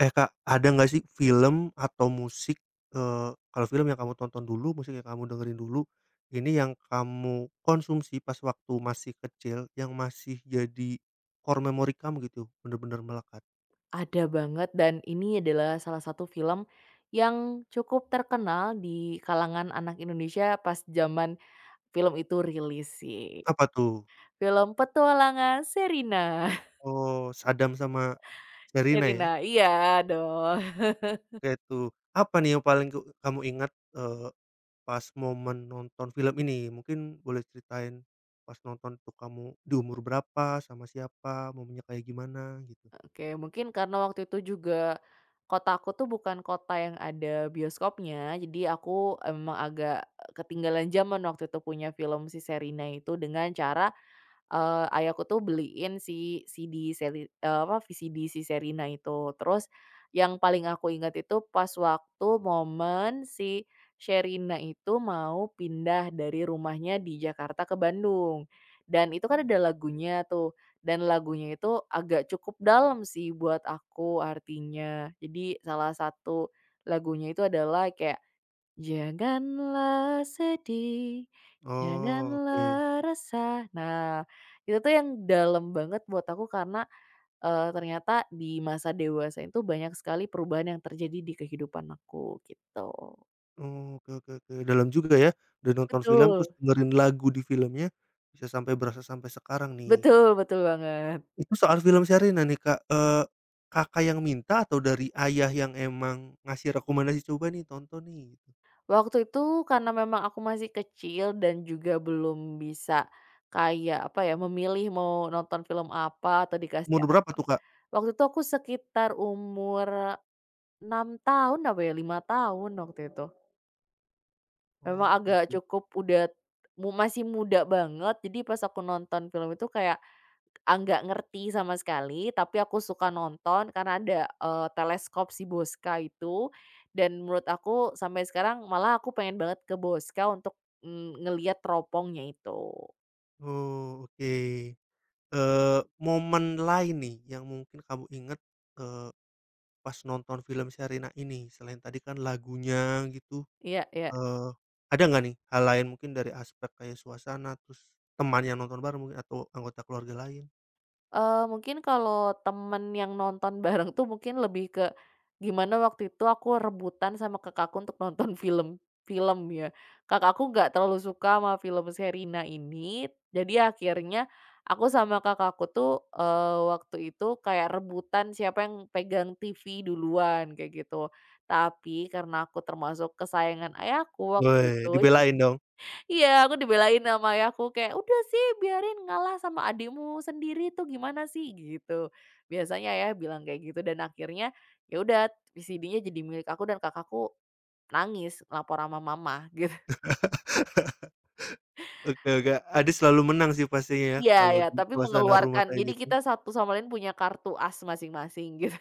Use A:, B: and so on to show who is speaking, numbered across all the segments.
A: Eh, Kak, ada nggak sih film atau musik, kalau film yang kamu tonton dulu, musik yang kamu dengerin dulu, ini yang kamu konsumsi pas waktu masih kecil, yang masih jadi core memory kamu gitu, bener-bener melekat?
B: Ada banget dan ini adalah salah satu film yang cukup terkenal di kalangan anak Indonesia pas zaman film itu rilis sih.
A: Apa tuh?
B: Film Petualangan Sherina.
A: Oh, Saddam sama Sherina ya?
B: Sherina, iya dong.
A: Oke tuh. Apa nih yang paling ke kamu ingat, pas momen nonton film ini? Mungkin boleh ceritain pas nonton tuh kamu di umur berapa, sama siapa, momennya kayak gimana gitu?
B: Oke, mungkin karena waktu itu juga kota aku tuh bukan kota yang ada bioskopnya, jadi aku emang agak ketinggalan zaman waktu itu punya film si Sherina itu dengan cara ayahku tuh beliin si CD seri apa, VCD si Sherina itu. Terus yang paling aku ingat itu pas waktu momen si Sherina itu mau pindah dari rumahnya di Jakarta ke Bandung, dan itu kan ada lagunya tuh, dan lagunya itu agak cukup dalam sih buat aku artinya. Jadi salah satu lagunya itu adalah kayak Janganlah sedih,
A: Oh, oke.
B: janganlah resah. Nah, itu tuh yang dalam banget buat aku karena, ternyata di masa dewasa itu banyak sekali perubahan yang terjadi di kehidupan aku, gitu.
A: Oke, oke, oke. Dalam juga ya, udah nonton film
B: Betul,
A: terus dengerin lagu di filmnya, bisa sampai berasa sampai sekarang nih.
B: betul betul banget.
A: Itu soal film Sherina nih, Kak, Kakak yang minta atau dari ayah yang emang ngasih rekomendasi, "Coba nih tonton nih," gitu?
B: Waktu itu karena memang aku masih kecil dan juga belum bisa kayak, apa ya, memilih mau nonton film apa atau dikasih
A: Umur berapa
B: apa.
A: tuh, Kak?
B: Waktu itu aku sekitar umur 6 tahun apa ya, 5 tahun waktu itu. Memang
A: Oh, oke
B: agak
A: oke.
B: cukup udah masih muda banget, jadi pas aku nonton film itu kayak, nggak ngerti sama sekali, tapi aku suka nonton karena ada, teleskop si Bosca itu, dan menurut aku sampai sekarang malah aku pengen banget ke Bosca untuk, ngelihat teropongnya itu.
A: Oh, oke. Momen lain nih yang mungkin kamu inget, eee, pas nonton film Sherina ini, selain tadi kan lagunya gitu?
B: Iya iya.
A: Eee, ada nggak nih hal lain mungkin dari aspek kayak suasana, terus teman yang nonton bareng mungkin atau anggota keluarga lain?
B: Mungkin kalau temen yang nonton bareng tuh mungkin lebih ke, gimana waktu itu aku rebutan sama kakakku untuk nonton film film ya. Kakakku nggak terlalu suka sama film Sherina ini, jadi akhirnya aku sama kakakku tuh, waktu itu kayak rebutan siapa yang pegang TV duluan, kayak gitu. Tapi karena aku termasuk kesayangan ayahku waktu
A: Weh,
B: itu.
A: dibelain dong.
B: Iya, aku dibelain sama ayahku kayak, "Udah sih, biarin ngalah sama adikmu sendiri tuh, gimana sih?" Gitu. Biasanya ayah bilang kayak gitu dan akhirnya ya udah CD-nya jadi milik aku dan kakakku nangis lapor sama mama gitu.
A: Oke oke, Ade selalu menang sih pastinya ya
B: Iya
A: kalau
B: ya,
A: di
B: tapi
A: suasana rumah
B: mengeluarkan
A: kayak
B: jadi
A: gitu.
B: kita satu sama lain punya kartu as masing-masing gitu.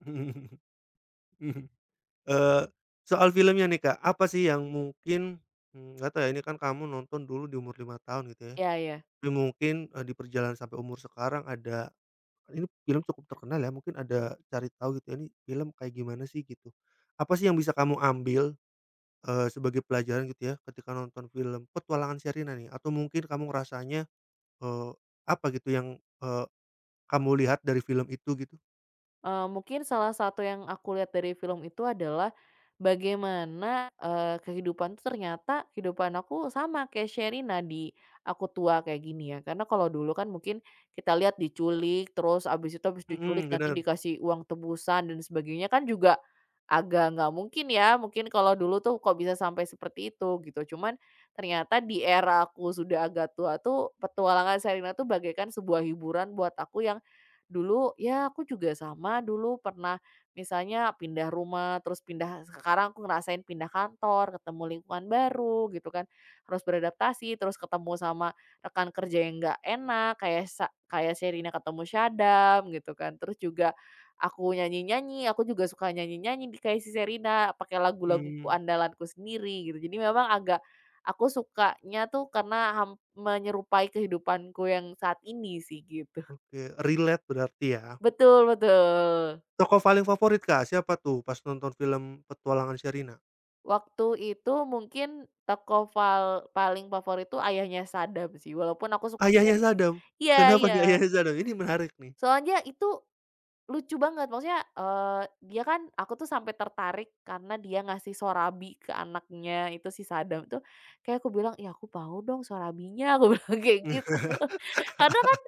A: Eee, Soal filmnya nih, Kak, apa sih yang mungkin, nggak tahu ya, ini kan kamu nonton dulu di umur 5 tahun gitu ya,
B: Iya iya.
A: tapi mungkin, di perjalanan sampai umur sekarang ada ini film cukup terkenal ya, mungkin ada cari tahu gitu ya, ini film kayak gimana sih gitu. Apa sih yang bisa kamu ambil sebagai pelajaran gitu ya ketika nonton film petualangan Sherina nih, atau mungkin kamu ngerasanya, eee, apa gitu yang, eee, kamu lihat dari film itu gitu?
B: Mungkin salah satu yang aku lihat dari film itu adalah bagaimana, kehidupan tuh ternyata kehidupan aku sama kayak Sherina di aku tua kayak gini ya. Karena kalau dulu kan mungkin kita lihat diculik, terus abis itu abis diculik
A: Mhm,
B: nanti
A: bener.
B: dikasih uang tebusan dan sebagainya kan juga agak nggak mungkin ya, mungkin kalau dulu tuh kok bisa sampai seperti itu gitu. Cuman ternyata di era aku sudah agak tua tuh, petualangan Sherina tuh bagaikan sebuah hiburan buat aku yang dulu. Ya aku juga sama, dulu pernah misalnya pindah rumah, terus pindah sekarang aku ngerasain pindah kantor, ketemu lingkungan baru gitu kan. Harus beradaptasi, terus ketemu sama rekan kerja yang nggak enak, kayak Sherina ketemu Syadam gitu kan. Terus juga aku nyanyi-nyanyi, aku juga suka nyanyi-nyanyi di kayak si Serina pakai lagu-laguku
A: Mmm,
B: andalanku sendiri gitu. Jadi memang agak aku sukanya tuh karena menyerupai kehidupanku yang saat ini sih, gitu.
A: oke, relate berarti ya.
B: Betul betul.
A: Tokoh paling favorit, Kak, siapa tuh pas nonton film petualangan Sherina?
B: Waktu itu mungkin toko paling favorit tuh ayahnya Saddam sih, walaupun aku suka
A: Ayahnya
B: jaring.
A: Saddam,
B: Iya
A: kenapa
B: iya,
A: nih ayahnya Saddam? Ini menarik nih.
B: soalnya itu lucu banget, maksudnya, dia kan, aku tuh sampai tertarik karena dia ngasih Sorabi ke anaknya itu si sadam tuh, kayak aku bilang, "Ih, aku mau dong Sorabinya," aku bilang kayak gitu. Karena kan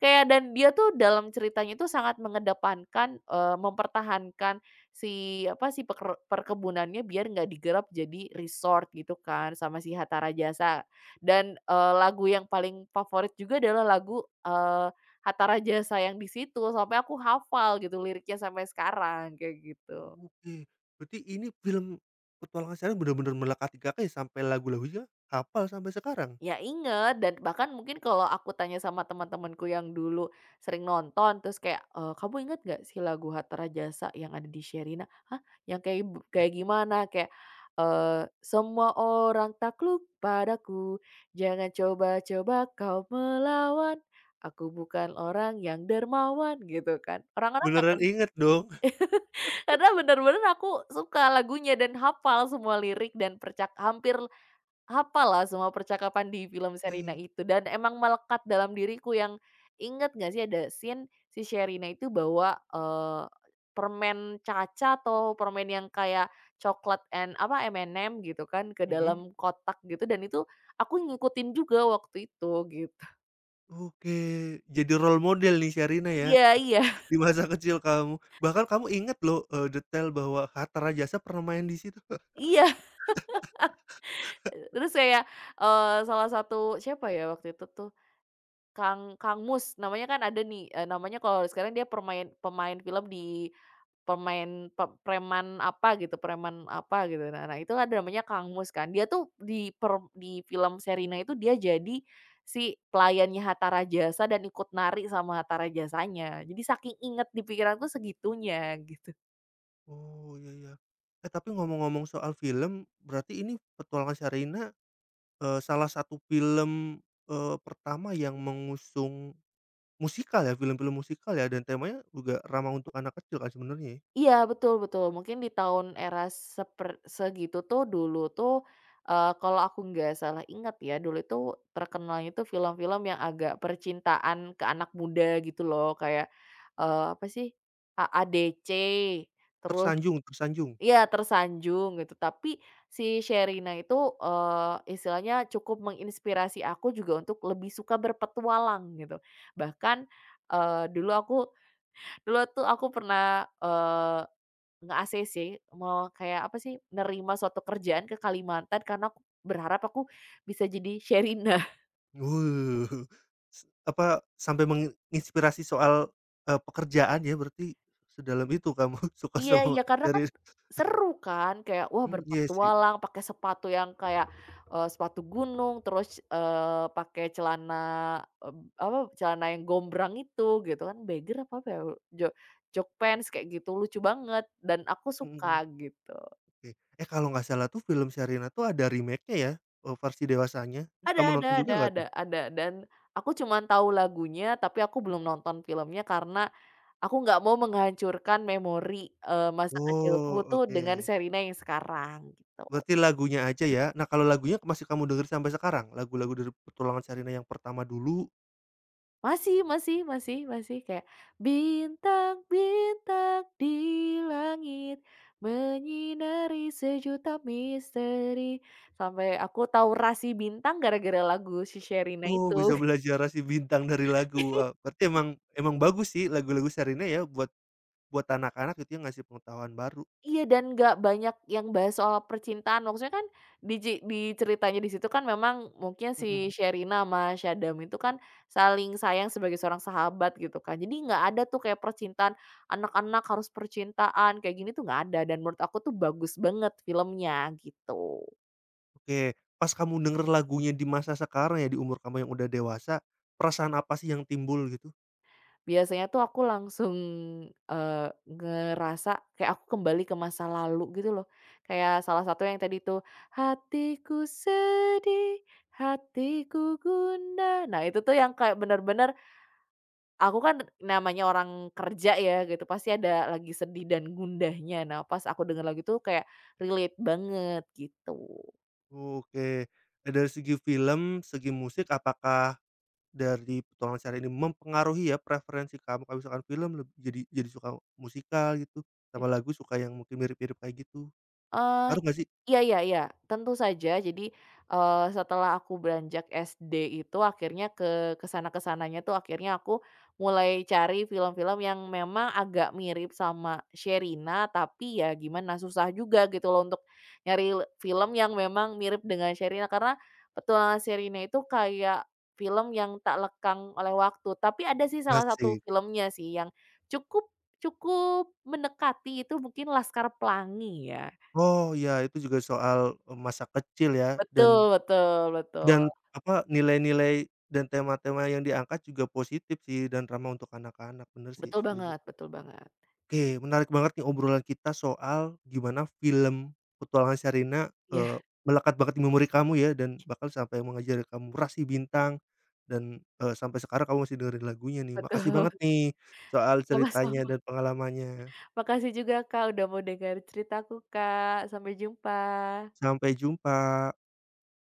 B: kayak dan dia tuh dalam ceritanya itu sangat mengedepankan, mempertahankan si apa si perkebunannya biar nggak digerap jadi resort gitu kan sama si Hatta Rajasa. Dan, lagu yang paling favorit juga adalah lagu Hatta Rajasa yang di situ, sampai aku hafal gitu liriknya sampai sekarang, kayak gitu.
A: Oke, berarti ini film petualangan Sherina bener-bener melekati Kakak ya sampai lagu-lagunya hafal sampai sekarang?
B: Ya, inget, dan bahkan mungkin kalau aku tanya sama teman-temanku yang dulu sering nonton terus kayak, "Kamu inget nggak sih lagu Hatta Rajasa yang ada di Sherina?" "Hah? Yang kayak gimana?" Kayak, "Semua orang takluk padaku, jangan coba-coba kau melawan, aku bukan orang yang dermawan." Gitu kan. Orang-orang akan.
A: Beneran inget dong?
B: Karena bener-bener aku suka lagunya dan hafal semua lirik dan hampir hafal lah semua percakapan di film Sherina
A: Oke,
B: itu, dan emang melekat dalam diriku yang inget. Nggak sih, ada scene si Sherina itu bawa, permen caca atau permen yang kayak coklat and apa, M&M gitu kan, ke
A: mhm.
B: dalam kotak gitu dan itu aku ngikutin juga waktu itu gitu.
A: Oke, jadi role model nih Sherina ya,
B: Iya iya.
A: di masa kecil kamu. Bahkan kamu inget loh, detail bahwa Hatta Rajasa pernah main di situ.
B: Iya, terus kayak, salah satu siapa ya waktu itu tuh, Kang Kang Mus, namanya kan ada nih, namanya kalau sekarang dia pemain film di pemain preman apa gitu, preman apa gitu. Nah nah itu ada namanya Kang Mus kan. Dia tuh di film Sherina itu dia jadi si pelayannya Hatta Rajasa dan ikut nari sama Hatta Rajasanya. Jadi saking inget di pikiranku segitunya gitu.
A: Oh, iya iya. Eh, tapi ngomong-ngomong soal film, berarti ini Petualangan Sherina, salah satu film, pertama yang mengusung musikal ya, film-film musikal ya, dan temanya juga ramah untuk anak kecil kan sebenarnya ya?
B: Iya, betul betul. Mungkin di tahun era segitu tuh, dulu tuh, kalau aku nggak salah ingat ya, dulu itu terkenalnya tuh film-film yang agak percintaan ke anak muda gitu loh, kayak, apa sih, AADC, terus
A: Tersanjung Tersanjung.
B: iya, Tersanjung gitu. Tapi si Sherina itu, istilahnya cukup menginspirasi aku juga untuk lebih suka berpetualang gitu. Bahkan, dulu aku, dulu tuh aku pernah, eee, Nge-AC sih, mau kayak apa sih, nerima suatu kerjaan ke Kalimantan karena aku berharap aku bisa jadi Sherina.
A: Wuh, s apa, sampai menginspirasi soal, pekerjaan ya berarti sedalam itu kamu suka
B: Iya
A: sama
B: iya, karena kan
A: series.
B: seru kan, kayak wah,
A: Mmm, iya sih,
B: berpetualang pakai sepatu yang kayak, sepatu gunung terus, pakai celana, apa, celana yang gombrang itu gitu kan, apa apa ya, jo jog pants kayak gitu, lucu banget dan aku suka
A: mhm,
B: gitu.
A: oke. Eh, kalau nggak salah tuh film Sherina tuh ada remake-nya ya, versi dewasanya. Kamu nonton juga nggak
B: Ada
A: tuh?
B: ada. Dan aku cuman tahu lagunya tapi aku belum nonton filmnya karena aku nggak mau menghancurkan memori, masa kecilku
A: Oh,
B: tuh
A: oke.
B: dengan Sherina yang sekarang gitu.
A: Berarti lagunya aja ya. Nah, kalau lagunya masih kamu dengerin sampai sekarang? Lagu-lagu dari Petualangan Sherina yang pertama dulu.
B: Masih masih masih masih kayak, bintang-bintang di langit menyinari sejuta misteri, sampai aku tahu rasi bintang gara-gara lagu si Sherina
A: Oh,
B: itu.
A: bisa belajar rasi bintang dari lagu. Wah, berarti emang emang bagus sih lagu-lagu Sherina ya buat Buat anak-anak gitu ya, ngasih pengetahuan baru,
B: Iya, dan nggak banyak yang bahas soal percintaan, maksudnya kan di ceritanya di situ kan memang mungkin
A: mhm.
B: si Sherina sama Syadam itu kan saling sayang sebagai seorang sahabat gitu kan, jadi nggak ada tuh kayak percintaan, anak-anak harus percintaan kayak gini tuh nggak ada, dan menurut aku tuh bagus banget filmnya, gitu.
A: Oke, pas kamu denger lagunya di masa sekarang ya, di umur kamu yang udah dewasa, perasaan apa sih yang timbul gitu?
B: Biasanya tuh aku langsung, ngerasa kayak aku kembali ke masa lalu gitu loh. Kayak salah satu yang tadi tuh, "Hatiku sedih, hatiku gundah." Nah itu tuh yang kayak bener-bener, aku kan namanya orang kerja ya gitu, pasti ada lagi sedih dan gundahnya. Nah pas aku denger lagu tuh kayak relate banget gitu.
A: Oke, dari segi film, segi musik, apakah dari Petualangan Sejarah ini mempengaruhi ya preferensi kamu? Kalau misalkan film leb jadi suka musikal gitu, sama lagu suka yang mungkin mirip-mirip kayak gitu, ngaruh
B: Eee,
A: nggak sih?
B: iya iya iya, tentu saja. Jadi, setelah aku beranjak SD itu akhirnya ke sana ke sananya tuh akhirnya aku mulai cari film-film yang memang agak mirip sama Sherina, tapi ya gimana, susah juga gitu loh untuk nyari film yang memang mirip dengan Sherina. Karena Petualangan Sherina itu kayak film yang tak lekang oleh waktu. Tapi ada sih salah satu
A: Asik.
B: filmnya sih yang cukup cukup mendekati, itu mungkin Laskar Pelangi ya.
A: Oh, iya, itu juga soal, masa kecil ya
B: Betul betul betul.
A: dan apa, nilai-nilai dan tema-tema yang diangkat juga positif sih dan ramah untuk anak-anak, bener sih,
B: Betul
A: setuju.
B: banget betul banget.
A: Oke, menarik banget nih obrolan kita soal gimana film Petualangan Sherina, eee,
B: Iya
A: melekat banget di memori kamu ya dan bahkan sampai mengajari kamu rasi bintang dan, sampai sekarang kamu masih dengerin lagunya nih. Makasih
B: betul.
A: banget nih soal ceritanya
B: Sama-sama.
A: dan pengalamannya.
B: Makasih juga Kak, udah mau dengar ceritaku Kak, sampai jumpa.
A: Sampai jumpa.